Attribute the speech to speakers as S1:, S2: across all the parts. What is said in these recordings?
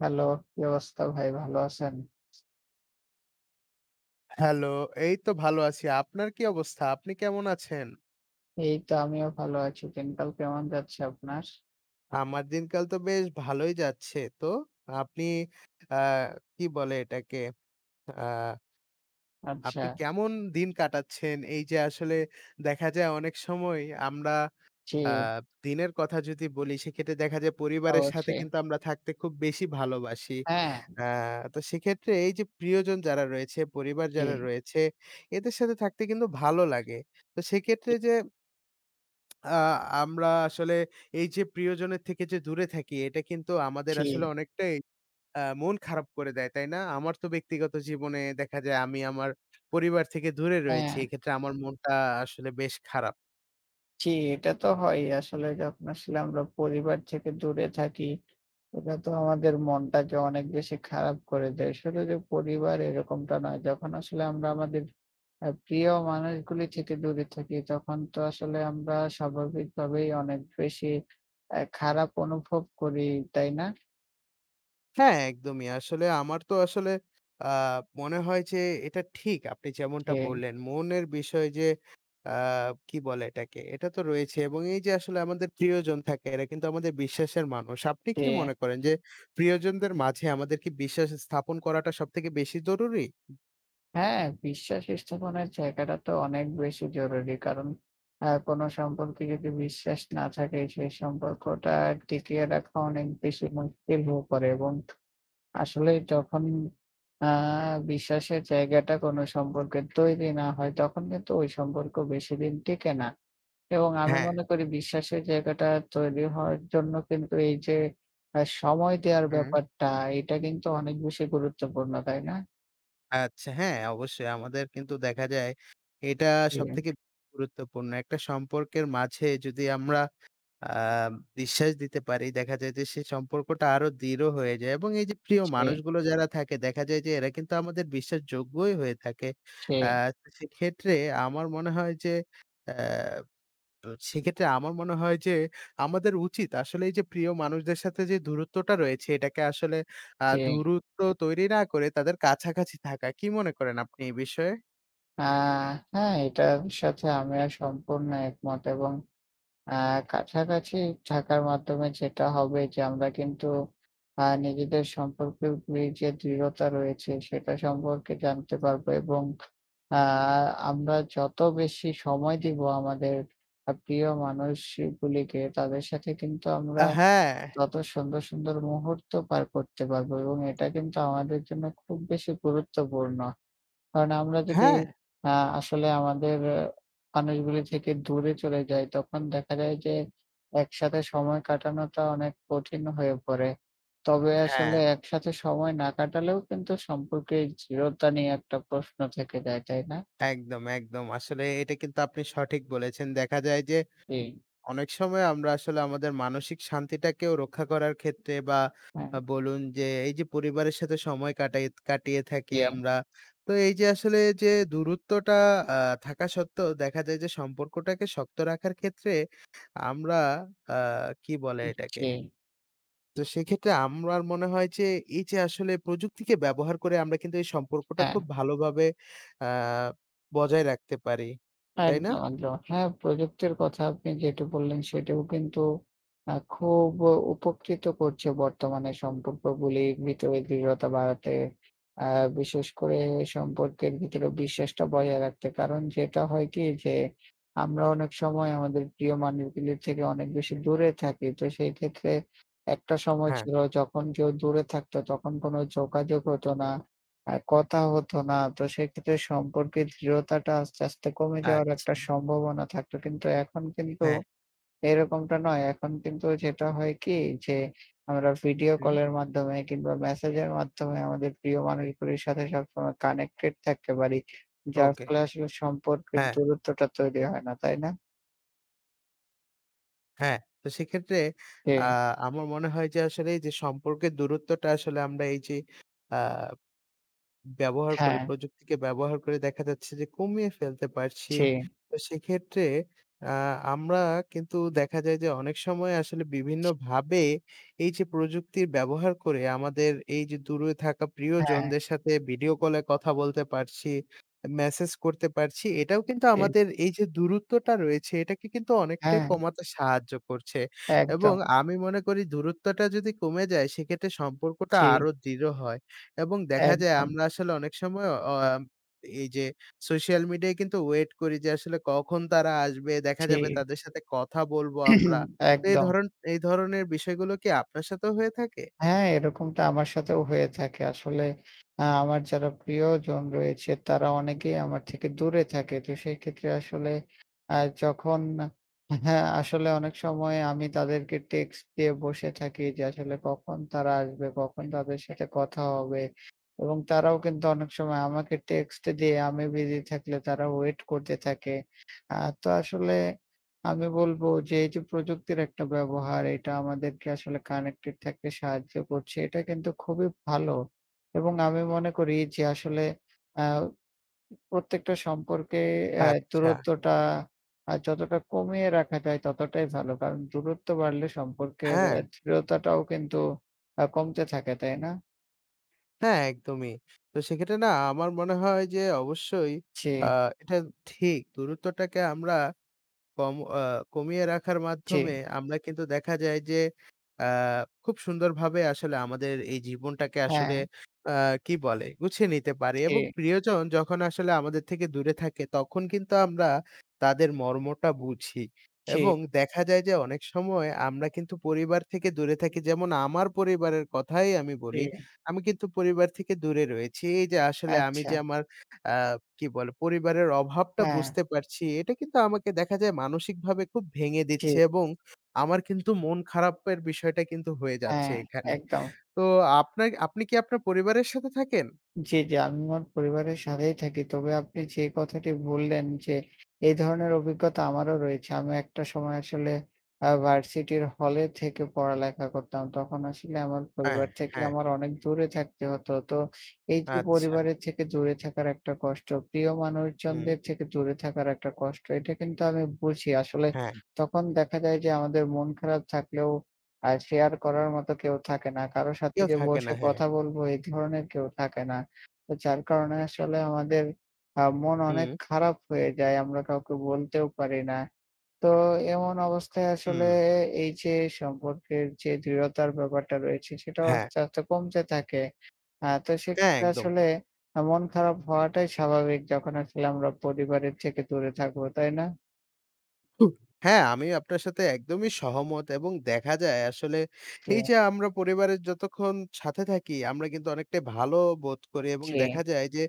S1: Hello, কি অবস্থা ভাই? ভালো আছেন?
S2: হ্যালো, এই তো ভালো আছি। আপনার কি অবস্থা? আপনি কেমন আছেন?
S1: এই তো আমিও ভালো আছি। দিনকাল কেমন যাচ্ছে আপনার?
S2: আমার দিনকাল তো বেশ ভালোই যাচ্ছে। তো আপনি আ কি বলে এটাকে? আ
S1: আচ্ছা,
S2: আপনি কেমন দিন কাটাচ্ছেন? এই যে আসলে দেখা যায় অনেক সময় আমরা
S1: জি,
S2: আ দিনের কথা যদি বলি সেক্ষেত্রে দেখা যায় পরিবারের সাথে
S1: অবশ্যই।
S2: কিন্তু আমরা থাকতে খুব বেশি ভালোবাসি।
S1: হ্যাঁ,
S2: আ তো সেক্ষেত্রে এই যে প্রিয়জন যারা রয়েছে, পরিবার
S1: জি,
S2: যারা রয়েছে এদের সাথে থাকতে কিন্তু ভালো লাগে। তো সেক্ষেত্রে যে আ আমরা আসলে এই যে প্রিয়জনের থেকে যে দূরে থাকি, এটা কিন্তু আমাদের
S1: জি,
S2: আসলে অনেকটাই মন খারাপ করে দেয়, তাই না? আমার তো ব্যক্তিগত জীবনে দেখা যায় আমি আমার পরিবার থেকে দূরে রয়েছি।
S1: হ্যাঁ,
S2: এক্ষেত্রে আমার মনটা আসলে বেশ খারাপ।
S1: জি, এটা তো হয়ই। আসলে যখন আসলে আমরা পরিবার থেকে দূরে থাকি, এটা তো আমাদের মনটাকে অনেক বেশি খারাপ করে দেয়। শুধু যে পরিবার এরকমটা নয়, যখন আসলে আমরা আমাদের প্রিয় মানুষগুলি থেকে দূরে থাকি, তখন তো আসলে আমরা স্বাভাবিকভাবেই অনেক বেশি খারাপ অনুভব করি, তাই না?
S2: হ্যাঁ, একদমই। আসলে আমার তো আসলে আ মনে হয় যে এটা ঠিক। আপনি যেমনটা
S1: যে
S2: বললেন, মনের বিষয় যে আ কি বলে এটাকে? এটা তো রয়েছে এবং এই যে আসলে আমাদের প্রিয়জন থাকে, এরা কিন্তু আমাদের বিশ্বাসের মানুষ। আপনি
S1: যে
S2: কি মনে করেন যে প্রিয়জনদের মাঝে আমাদের কি বিশ্বাস স্থাপন করাটা সবথেকে বেশি জরুরি?
S1: হ্যাঁ, বিশ্বাস স্থাপনের জায়গাটা তো অনেক বেশি জরুরি। কারণ কোনো সম্পর্কে যদি বিশ্বাস না থাকে, সেই সম্পর্কটা টিকিয়ে রাখা অনেক বেশি মুশকিল হয়ে পড়ে এবং আসলে যখন আ বিশ্বাসের জায়গাটা কোনো সম্পর্কে তৈরি না হয়, তখন কিন্তু ওই সম্পর্ক বেশিদিন টিকে না। এবং আমি
S2: হ্যাঁ।
S1: মনে করি বিশ্বাসের জায়গাটা তৈরি হওয়ার জন্য কিন্তু এই যে সময় দেওয়ার
S2: হুম।
S1: ব্যাপারটা, এটা কিন্তু অনেক বেশি গুরুত্বপূর্ণ, তাই না?
S2: আচ্ছা, হ্যাঁ, অবশ্যই। আমাদের কিন্তু দেখা যায় এটা
S1: জি।
S2: সবথেকে গুরুত্বপূর্ণ। একটা সম্পর্কের মাঝে যদি আমরা আ বিশ্বাস দিতে পারি। দেখা যায় যে সেই সম্পর্কটা আরো দৃঢ় হয়ে যায় এবং এই যে প্রিয়
S1: জি,
S2: মানুষগুলো যারা থাকে দেখা যায় যে এরা কিন্তু আমাদের বিশ্বাসযোগ্যই হয়ে থাকে।
S1: জি,
S2: আ তো সেক্ষেত্রে আমার মনে হয় যে আ সেক্ষেত্রে আমার মনে হয় যে আমাদের উচিত আসলে এই যে প্রিয় মানুষদের সাথে যে দূরত্বটা রয়েছে এটাকে আসলে
S1: জি।
S2: দূরত্ব তৈরি না করে তাদের কাছাকাছি থাকা। কি মনে করেন আপনি এই বিষয়ে?
S1: আ হ্যাঁ, এটার সাথে আমিও সম্পূর্ণ একমত এবং আ কাছাকাছি থাকার মাধ্যমে যেটা হবে যে আমরা কিন্তু নিজেদের সম্পর্কের যে দৃঢ়তা রয়েছে সেটা সম্পর্কে জানতে পারবো এবং আ আমরা যত বেশি সময় দিব আমাদের প্রিয় মানুষগুলিকে, তাদের সাথে কিন্তু আমরা
S2: হ্যাঁ,
S1: তত সুন্দর, সুন্দর মুহূর্ত পার করতে পারবো এবং এটা কিন্তু আমাদের জন্য খুব বেশি গুরুত্বপূর্ণ। কারণ আমরা যদি
S2: হ্যাঁ,
S1: আ আসলে আমাদের মানুষগুলি থেকে দূরে চলে যাই, তখন দেখা যায় যে একসাথে সময় কাটানোটা অনেক কঠিন হয়ে পড়ে। তবে
S2: হ্যাঁ।
S1: আসলে একসাথে সময় না কাটালেও কিন্তু সম্পর্কের দৃঢ়তা নিয়ে একটা প্রশ্ন থেকে যায়, তাই না?
S2: একদম, একদম। আসলে এটা কিন্তু আপনি সঠিক বলেছেন। দেখা যায় যে
S1: জি,
S2: অনেক সময় আমরা আসলে আমাদের মানসিক শান্তিটাকেও রক্ষা করার ক্ষেত্রে বা
S1: হ্যাঁ।
S2: বলুন যে এই যে পরিবারের সাথে সময় কাটিয়ে থাকি
S1: জি,
S2: আমরা। তো এই যে আসলে যে দূরত্বটা আ থাকা সত্ত্বেও দেখা যায় যে সম্পর্কটাকে শক্ত রাখার ক্ষেত্রে আমরা আ কি বলে এটাকে?
S1: জি।
S2: তো সেক্ষেত্রে আমার মনে হয় যে, এই যে আসলে প্রযুক্তিকে ব্যবহার করে আমরা কিন্তু এই সম্পর্কটা
S1: হ্যাঁ।
S2: খুব ভালোভাবে আ বজায় রাখতে পারি। তাই না?
S1: একদম, একদম। হ্যাঁ, প্রযুক্তির কথা আপনি যেটি বললেন সেটিও কিন্তু খুব উপকৃত করছে বর্তমানে সম্পর্কগুলির ভিতরে দৃঢ়তা বাড়াতে। আ বিশেষ করে সম্পর্কের ভিতরে বিশ্বাসটা বজায় রাখতে। কারণ যেটা হয় কি যে আমরা অনেক সময় আমাদের প্রিয় মানুষগুলির থেকে অনেক বেশি দূরে থাকি। তো সেই ক্ষেত্রে একটা সময়
S2: হ্যাঁ,
S1: ছিল যখন কেউ দূরে থাকতো তখন কোনো যোগাযোগ হতো না। আর কথা হতো না। তো সেক্ষেত্রে সম্পর্কের দৃঢ়তাটা আস্তে, আস্তে কমে যাওয়ার একটা
S2: আচ্ছা।
S1: সম্ভাবনা থাকতো। কিন্তু এখন কিন্তু
S2: হ্যাঁ,
S1: এরকমটা নয়। এখন কিন্তু যেটা হয় কি যে আমরা ভিডিও
S2: হুম।
S1: কলের মাধ্যমে কিংবা মেসেজের মাধ্যমে আমাদের প্রিয় মানুষগুলির সাথে সবসময় কানেক্টেড থাকতে পারি। যার
S2: ওকে।
S1: ফলে আসলে সম্পর্কের
S2: হ্যাঁ,
S1: দূরত্বটা তৈরি হয় না, তাই না?
S2: হ্যাঁ। তো সেক্ষেত্রে
S1: জি,
S2: আ আমার মনে হয় যে আসলে এই যে সম্পর্কের দূরত্বটা আসলে আমরা এই যে আ ব্যবহার করে
S1: হ্যাঁ,
S2: প্রযুক্তিকে ব্যবহার করে দেখা যাচ্ছে যে কমিয়ে ফেলতে পারছি।
S1: জি,
S2: তো সেক্ষেত্রে আ আমরা কিন্তু দেখা যায় যে অনেক সময় আসলে বিভিন্নভাবে এই যে প্রযুক্তির ব্যবহার করে আমাদের এই যে দূরে থাকা
S1: হ্যাঁ,
S2: প্রিয়জনদের সাথে ভিডিও কলে কথা বলতে পারছি, মেসেজ করতে পারছি। এটাও কিন্তু
S1: জি,
S2: আমাদের এই যে দূরত্বটা রয়েছে এটাকে কিন্তু অনেকটাই
S1: হ্যাঁ,
S2: কমাতে সাহায্য করছে। এবং
S1: একদম,
S2: আমি মনে করি দূরত্বটা যদি কমে যায় সেক্ষেত্রে সম্পর্কটা
S1: জি,
S2: আরো দৃঢ় হয়। এবং দেখা যায়
S1: একদম,
S2: আমরা আসলে অনেক সময় অ আম এই যে সোশ্যাল মিডিয়ায় কিন্তু ওয়েট করি যে আসলে কখন তারা আসবে, দেখা
S1: জি,
S2: যাবে তাদের সাথে কথা বলবো আমরা। তো এই
S1: একদম।
S2: ধরন এই ধরনের বিষয়গুলো কি আপনার সাথেও হয়ে থাকে?
S1: হ্যাঁ, এরকমটা আমার সাথেও হয়ে থাকে। আসলে আমার যারা প্রিয়জন রয়েছে তারা অনেকেই আমার থেকে দূরে থাকে। তো সেই ক্ষেত্রে আসলে আ যখন হ্যাঁ, আসলে অনেক সময় আমি তাদেরকে টেক্সট দিয়ে বসে থাকি যে আসলে কখন তারা আসবে, কখন তাদের সাথে কথা হবে এবং তারাও কিন্তু অনেক সময় আমাকে টেক্সট দিয়ে আমি বিজি থাকলে তারা ওয়েট করতে থাকে। আ তো আসলে আমি বলব যে এই যে প্রযুক্তির একটা ব্যবহার এটা আমাদেরকে আসলে কানেক্টেড থাকতে সাহায্য করছে। এটা কিন্তু খুবই ভালো। এবং আমি মনে করি যে আসলে আ প্রত্যেকটা সম্পর্কে
S2: আচ্ছা।
S1: দূরত্বটা যতটা কমিয়ে রাখা যায় ততটাই ভালো। কারণ দূরত্ব বাড়লে সম্পর্কের
S2: হ্যাঁ,
S1: দৃঢ়তাটাও কিন্তু কমতে থাকে, তাই না?
S2: হ্যাঁ একদমই। তো সেক্ষেত্রে না আমার মনে হয় যে অবশ্যই
S1: জি,
S2: আ এটা ঠিক দূরত্বটাকে আমরা কম আ কমিয়ে রাখার
S1: জি,
S2: মাধ্যমে আমরা কিন্তু দেখা যায় যে আ খুব সুন্দরভাবে আসলে আমাদের এই জীবনটাকে
S1: হ্যাঁ,
S2: আসলে আ কি বলে? গুছিয়ে নিতে পারি
S1: জি,
S2: এবং প্রিয়জন যখন আসলে আমাদের থেকে দূরে থাকে তখন কিন্তু আমরা তাদের মর্মটা বুঝি
S1: জি,
S2: এবং দেখা যায় যে অনেক সময় আমরা কিন্তু পরিবার থেকে দূরে থাকি। যেমন আমার পরিবারের কথাই আমি বলি।
S1: জি,
S2: আমি কিন্তু পরিবার থেকে দূরে রয়েছি। এই যে আসলে আমি
S1: আচ্ছা,
S2: যে আমার আ কি বলে পরিবারের অভাবটা
S1: হ্যাঁ,
S2: বুঝতে পারছি। এটা কিন্তু আমাকে দেখা যায় মানসিকভাবে খুব ভেঙে
S1: জি,
S2: দিচ্ছে এবং আমার কিন্তু মন খারাপের বিষয়টা কিন্তু হয়ে যাচ্ছে
S1: হ্যাঁ,
S2: এখানে।
S1: একদম।
S2: তো আপনি কি আপনার পরিবারের সাথে থাকেন?
S1: জি, জি। আমি আমার পরিবারের সাথেই থাকি। তবে আপনি যে কথাটি বললেন যে, এই ধরনের অভিজ্ঞতা আমারও রয়েছে। আমি একটা সময় আসলে ভার্সিটির হলে থেকে পড়ালেখা করতাম। তখন আসলে আমার
S2: হ্যাঁ,
S1: পরিবার থেকে
S2: হ্যাঁ।
S1: আমার অনেক দূরে থাকতে হতো। তো এই যে
S2: আচ্ছা।
S1: পরিবারের থেকে দূরে থাকার একটা কষ্ট, প্রিয়
S2: হুম,
S1: মানুষজনদের থেকে দূরে থাকার একটা কষ্ট, এটা কিন্তু আমি বুঝি। আসলে
S2: হ্যাঁ।
S1: তখন দেখা যায় যে আমাদের মন খারাপ থাকলেও শেয়ার করার মতো কেউ থাকে না। কারো সাথে
S2: কেউ
S1: যে
S2: থাকে না।
S1: বসে
S2: হ্যাঁ।
S1: কথা বলবো এই ধরনের কেউ থাকে না। তো যার কারণে আসলে আমাদের মন অনেক
S2: হুম,
S1: খারাপ হয়ে যায়। আমরা কাউকে বলতেও পারি না। তো এমন অবস্থায় আসলে
S2: হুম।
S1: এই যে সম্পর্কের যে দৃঢ়তার ব্যাপারটা রয়েছে সেটাও
S2: হ্যাঁ,
S1: আস্তে, আস্তে কমতে থাকে। তো
S2: হ্যাঁ
S1: সেক্ষেত্রে
S2: একদম।
S1: আসলে মন খারাপ হওয়াটাই স্বাভাবিক যখন আসলে আমরা পরিবারের থেকে দূরে থাকবো, তাই না?
S2: হুম, হ্যাঁ, আমি আপনার সাথে একদমই সহমত এবং দেখা যায় আসলে
S1: জি,
S2: এই যে আমরা পরিবারের যতক্ষণ সাথে থাকি আমরা কিন্তু অনেকটাই ভালো বোধ করি এবং
S1: জি,
S2: দেখা যায় যে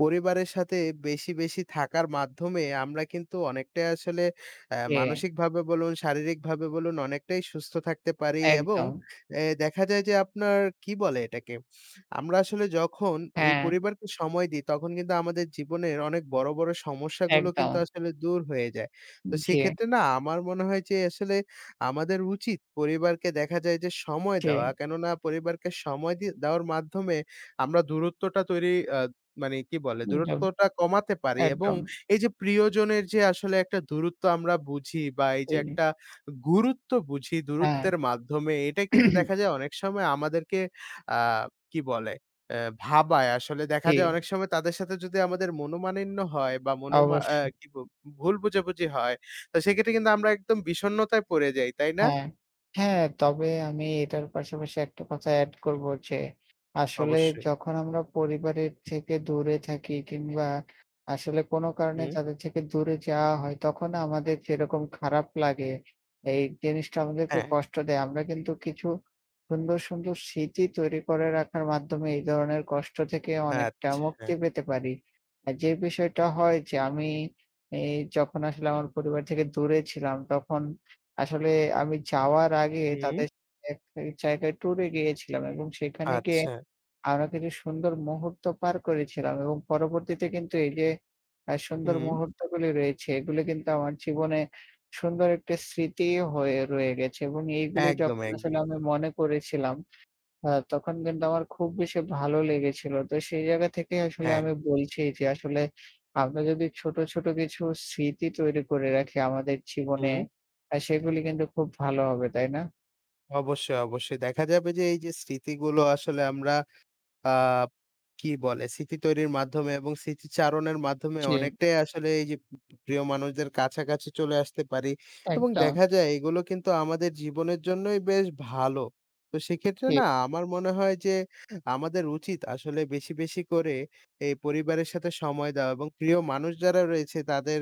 S2: পরিবারের সাথে বেশি, বেশি থাকার মাধ্যমে আমরা কিন্তু অনেকটাই আসলে
S1: জি,
S2: মানসিকভাবে বলুন, শারীরিকভাবে বলুন অনেকটাই সুস্থ থাকতে পারি এবং
S1: একদম।
S2: দেখা যায় যে আপনার কি বলে এটাকে? আমরা আসলে যখন এই
S1: হ্যাঁ,
S2: পরিবারকে সময় দিই তখন কিন্তু আমাদের জীবনের অনেক বড়, বড় সমস্যাগুলো
S1: একদম।
S2: কিন্তু আসলে দূর হয়ে যায়। তো
S1: জি,
S2: সেক্ষেত্রে না আমার মনে হয় যে আসলে আমাদের উচিত পরিবারকে দেখা যায় যে সময়
S1: জি,
S2: দেওয়া। কেননা পরিবারকে সময় দিয়ে দেওয়ার মাধ্যমে আমরা দূরত্বটা তৈরি আ মানে কি বলে?
S1: একদম,
S2: দূরত্বটা কমাতে পারি এবং
S1: একদম।
S2: এই যে প্রিয়জনের যে আসলে একটা দূরত্ব আমরা বুঝি বা এই যে
S1: জি,
S2: একটা গুরুত্ব বুঝি
S1: হ্যাঁ,
S2: দূরত্বের মাধ্যমে এটা কিন্তু দেখা যায় অনেক সময় আমাদেরকে আ কি বলে? ভাবায় আসলে দেখা
S1: জি,
S2: যায় অনেক সময় তাদের সাথে যদি আমাদের মনোমালিন্য হয় বা মনোমা অ্যা
S1: অবশ্যই।
S2: কি ব ভুল বোঝাবুঝি হয় তো সেক্ষেত্রে কিন্তু আমরা একদম বিষণ্ণতায় পড়ে যাই, তাই না?
S1: হ্যাঁ, হ্যাঁ, তবে আমি এটার পাশাপাশি একটা কথা এড করব যে, আসলে
S2: অবশ্যই।
S1: যখন আমরা পরিবারের থেকে দূরে থাকি কিংবা আসলে কোনো কারণে
S2: হুম।
S1: তাদের থেকে দূরে যাওয়া হয়, তখন আমাদের যেরকম খারাপ লাগে, এই জিনিসটা আমাদেরকে
S2: হ্যাঁ।
S1: কষ্ট দেয়। আমরা কিন্তু কিছু সুন্দর, সুন্দর স্মৃতি তৈরি করে রাখার মাধ্যমে এই ধরনের কষ্ট থেকে অনেকটা
S2: আচ্ছা।
S1: মুক্তি পেতে পারি। আর যে বিষয়টা হয় যে আমি এই যখন আসলে আমার পরিবার থেকে দূরে ছিলাম তখন আসলে আমি যাওয়ার আগে
S2: হুম।
S1: তাদের সাথে এক জায়গায় ট্যুরে গিয়েছিলাম এবং সেখানে গিয়ে
S2: আচ্ছা।
S1: আমরা কিছু সুন্দর মুহূর্ত পার করেছিলাম এবং পরবর্তীতে কিন্তু এই যে সুন্দর
S2: হুম।
S1: মুহূর্তগুলি রয়েছে, এগুলো কিন্তু আমার জীবনে সুন্দর একটা স্মৃতি হয়ে রয়ে গেছে এবং এইগুলি
S2: একদম, একদম।
S1: যখন আসলে আমি মনে করেছিলাম হ্যাঁ, তখন কিন্তু আমার খুব বেশি ভালো লেগেছিল। তো সেই জায়গা থেকেই আসলে
S2: হ্যাঁ।
S1: আমি বলছি যে আসলে আমরা যদি ছোট, ছোট কিছু স্মৃতি তৈরি করে রাখি আমাদের জীবনে,
S2: হুম।
S1: সেগুলি কিন্তু খুব ভালো হবে, তাই না?
S2: অবশ্যই, অবশ্যই। দেখা যাবে যে এই যে স্মৃতিগুলো আসলে আমরা আ কি বলে স্মৃতি তৈরির মাধ্যমে এবং স্মৃতিচারণের মাধ্যমে
S1: জি,
S2: অনেকটাই আসলে এই যে প্রিয় মানুষদের কাছাকাছি চলে আসতে পারি এবং
S1: একদম।
S2: দেখা যায় এগুলো কিন্তু আমাদের জীবনের জন্যই বেশ ভালো। তো সেক্ষেত্রে
S1: জি,
S2: না আমার মনে হয় যে আমাদের উচিত আসলে বেশি, বেশি করে এই পরিবারের সাথে সময় দেওয়া এবং প্রিয় মানুষ যারা রয়েছে তাদের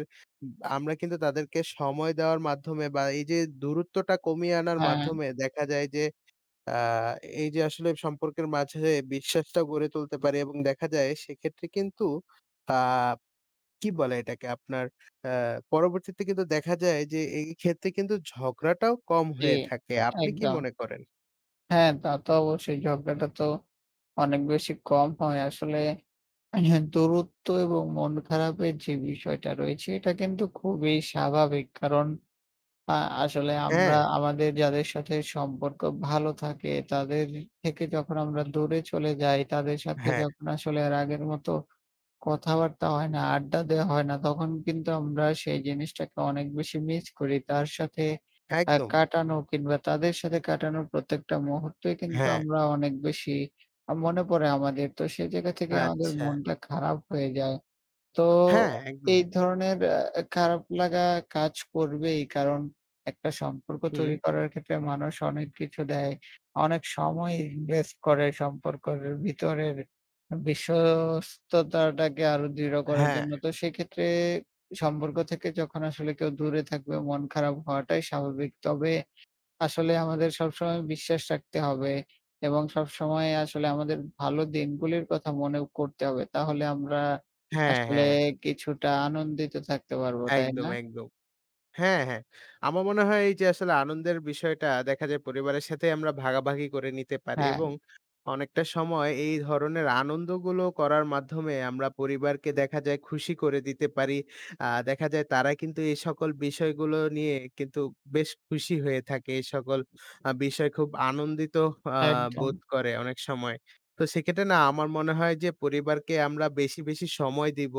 S2: আমরা কিন্তু তাদেরকে সময় দেওয়ার মাধ্যমে বা এই যে দূরত্বটা কমিয়ে আনার
S1: হ্যাঁ,
S2: মাধ্যমে দেখা যায় যে আ এই যে আসলে সম্পর্কের মাঝে বিশ্বাসটা গড়ে তুলতে পারি এবং দেখা যায় সেক্ষেত্রে কিন্তু আ কি বলে এটাকে আপনার আ পরবর্তীতে কিন্তু দেখা যায় যে এই ক্ষেত্রে কিন্তু ঝগড়াটাও কম
S1: জি,
S2: হয়ে থাকে। আপনি কি
S1: একদম।
S2: মনে করেন?
S1: হ্যাঁ, তা তো অবশ্যই ঝগড়াটা তো অনেক বেশি কম হয়। আসলে দূরত্ব এবং মন খারাপের যে বিষয়টা রয়েছে এটা কিন্তু খুবই স্বাভাবিক। কারণ আ আসলে আমরা
S2: হ্যাঁ,
S1: আমাদের যাদের সাথে সম্পর্ক ভালো থাকে, তাদের থেকে যখন আমরা দূরে চলে যাই, তাদের সাথে
S2: হ্যাঁ,
S1: যখন আসলে আর আগের মতো কথাবার্তা হয় না, আড্ডা দেওয়া হয় না, তখন কিন্তু আমরা সেই জিনিসটাকে অনেক বেশি মিস করি। তার সাথে
S2: একদম।
S1: কাটানো কিংবা তাদের সাথে কাটানোর প্রত্যেকটা মুহূর্তই কিন্তু
S2: হ্যাঁ,
S1: আমরা অনেক বেশি মনে পড়ে আমাদের। তো সেই জায়গা থেকে আমাদের
S2: আচ্ছা।
S1: মনটা খারাপ হয়ে যায়। তো
S2: হ্যাঁ, একদম।
S1: এই ধরনের খারাপ লাগা কাজ করবেই। কারণ একটা সম্পর্ক
S2: হুম।
S1: তৈরি করার ক্ষেত্রে মানুষ অনেক কিছু দেয়। অনেক সময় ইনভেস্ট করে সম্পর্কের ভিতরের বিশ্বস্ততাটাকে আরো দৃঢ় করার
S2: হ্যাঁ,
S1: জন্য। তো সেক্ষেত্রে সম্পর্ক থেকে যখন আসলে কেউ দূরে থাকবে মন খারাপ হওয়াটাই স্বাভাবিক। তবে আসলে আমাদের সবসময় বিশ্বাস রাখতে হবে এবং সবসময় আসলে আমাদের ভালো দিনগুলির কথা মনে করতে হবে। তাহলে আমরা
S2: হ্যাঁ,
S1: আসলে
S2: হ্যাঁ।
S1: কিছুটা আনন্দিত থাকতে পারবো, তাই
S2: একদম,
S1: না?
S2: একদম। হ্যাঁ, হ্যাঁ। আমার মনে হয় এই যে আসলে আনন্দের বিষয়টা দেখা যায় পরিবারের সাথে আমরা ভাগাভাগি করে নিতে পারি
S1: হ্যাঁ,
S2: এবং অনেকটা সময় এই ধরনের আনন্দগুলো করার মাধ্যমে আমরা পরিবারকে দেখা যায় খুশি করে দিতে পারি। দেখা যায় তারা কিন্তু এই সকল বিষয়গুলো নিয়ে কিন্তু বেশ খুশি হয়ে থাকে। এই সকল বিষয় খুব আনন্দিত আ
S1: একদম।
S2: বোধ করে অনেক সময়। তো সেক্ষেত্রে না আমার মনে হয় যে পরিবারকে আমরা বেশি, বেশি সময় দিব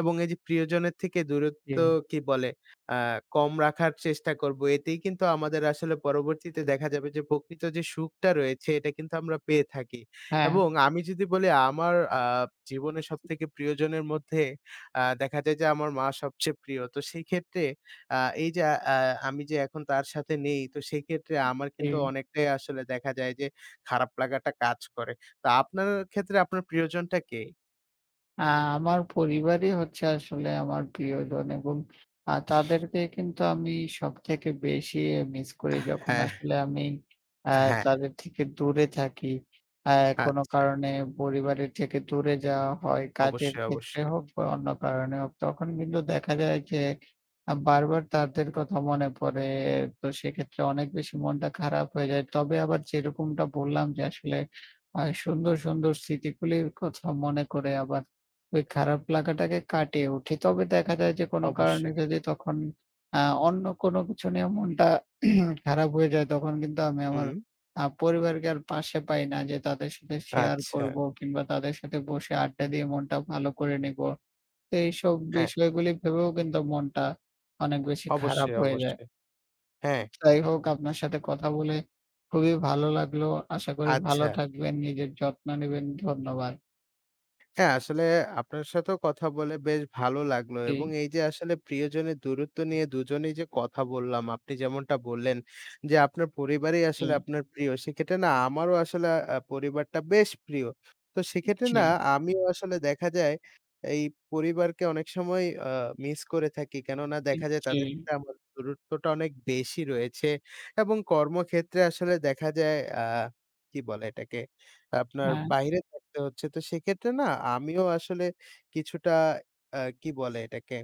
S2: এবং এই যে প্রিয়জনের থেকে দূরত্ব
S1: জি,
S2: কি বলে আ কম রাখার চেষ্টা করব। এতেই কিন্তু আমাদের আসলে পরবর্তীতে দেখা যাবে যে প্রকৃত যে সুখটা রয়েছে এটা কিন্তু আমরা পেয়ে থাকি।
S1: হ্যাঁ,
S2: এবং আমি যদি বলি আমার জীবনের সবথেকে প্রিয়জনের মধ্যে দেখা যায় যে আমার মা সবচেয়ে প্রিয়। তো সেই ক্ষেত্রে আ এই যে আ আমি যে এখন তার সাথে নেই তো সেই ক্ষেত্রে আমার
S1: জি।
S2: কিন্তু অনেকটাই আসলে দেখা যায় যে খারাপ লাগাটা কাজ করে। তো আপনার ক্ষেত্রে আপনার প্রিয়জনটা কে?
S1: আ আমার পরিবারই হচ্ছে আসলে আমার প্রিয়জন এবং তাদেরকে কিন্তু আমি সবথেকে বেশি মিস করি যখন
S2: হ্যাঁ,
S1: আসলে আমি আ
S2: হ্যাঁ।
S1: তাদের থেকে দূরে থাকি। আ কোনো
S2: আচ্ছা।
S1: কারণে পরিবারের থেকে দূরে যাওয়া হয়, কাজের
S2: অবশ্যই,
S1: ক্ষেত্রে
S2: অবশ্যই।
S1: হোক বা অন্য কারণে হোক। তখন কিন্তু দেখা যায় যে বারবার তাদের কথা মনে পড়ে। তো সেক্ষেত্রে অনেক বেশি মনটা খারাপ হয়ে যায়। তবে আবার যেরকমটা বললাম যে আসলে সুন্দর, সুন্দর স্মৃতিগুলির কথা মনে করে আবার ওই খারাপ লাগাটাকে কাটিয়ে উঠি। তবে দেখা যায় যে কোনো কারণে
S2: অবশ্যই।
S1: যদি তখন আ অন্য কোনো কিছু নিয়ে মনটা খারাপ হয়ে যায় তখন কিন্তু আমি আমার
S2: হুম।
S1: পরিবারকে আর পাশে পাই না যে তাদের সাথে শেয়ার
S2: আচ্ছা।
S1: করবো কিংবা তাদের সাথে বসে আড্ডা দিয়ে মনটা ভালো করে নিবো। তো এইসব
S2: হ্যাঁ,
S1: বিষয়গুলি ভেবেও কিন্তু মনটা অনেক বেশি খারাপ
S2: অবশ্যই,
S1: হয়ে যায়।
S2: অবশ্যই। হ্যাঁ,
S1: যাই হোক আপনার সাথে কথা বলে খুবই ভালো লাগলো। আশা করি ভালো
S2: আচ্ছা।
S1: থাকবেন, নিজের যত্ন নিবেন। ধন্যবাদ।
S2: হ্যাঁ, আসলে আপনার সাথেও কথা বলে বেশ ভালো লাগলো
S1: জি,
S2: এবং এই যে আসলে প্রিয়জনের দূরত্ব নিয়ে দুজনেই যে কথা বললাম, আপনি যেমনটা বললেন যে আপনার পরিবারই
S1: জি,
S2: আসলে আপনার প্রিয়। সেক্ষেত্রে না আমারও আসলে পরিবারটা বেশ প্রিয়। তো সেক্ষেত্রে
S1: জি,
S2: না আমিও আসলে দেখা যায় এই পরিবারকে অনেক সময় আ মিস করে থাকি। কেননা দেখা যায়
S1: জি,
S2: তাদের সাথে আমার দূরত্বটা অনেক বেশি রয়েছে এবং কর্মক্ষেত্রে আসলে দেখা যায় কি বলে এটাকে আপনার
S1: হ্যাঁ।
S2: বাইরে থাকতে হচ্ছে। তো সেক্ষেত্রে না আমিও আসলে কিছুটা কি বলে এটাকে?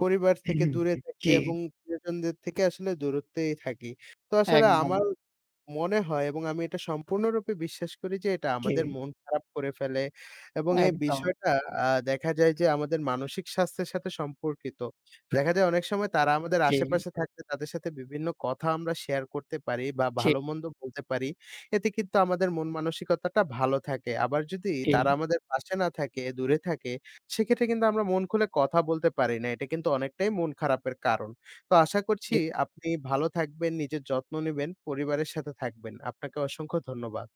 S2: পরিবার থেকে দূরে থাকি
S1: জি,
S2: এবং প্রিয়জনদের থেকে আসলে দূরত্বেই থাকি। তো আসলে
S1: একদম।
S2: আমার মনে হয় এবং আমি এটা সম্পূর্ণরূপে বিশ্বাস করি যে এটা
S1: জি,
S2: আমাদের মন খারাপ করে ফেলে এবং এই
S1: একদম।
S2: বিষয়টা আ দেখা যায় যে আমাদের মানসিক স্বাস্থ্যের সাথে সম্পর্কিত। দেখা যায় অনেক সময় তারা আমাদের
S1: জি,
S2: আশেপাশে থাকলে তাদের সাথে বিভিন্ন কথা আমরা শেয়ার করতে পারি বা
S1: জি,
S2: ভালো-মন্দ বলতে পারি। এতে কিন্তু আমাদের মন মানসিকতাটা ভালো থাকে। আবার যদি
S1: জি,
S2: তারা আমাদের পাশে না থাকে, দূরে থাকে, সেক্ষেত্রে কিন্তু আমরা মন খুলে কথা বলতে পারি না। এটা কিন্তু অনেকটাই মন খারাপের কারণ। তো আশা করছি
S1: জি।
S2: আপনি ভালো থাকবেন, নিজের যত্ন নিবেন, পরিবারের সাথে থাকবেন। আপনাকে অসংখ্য ধন্যবাদ।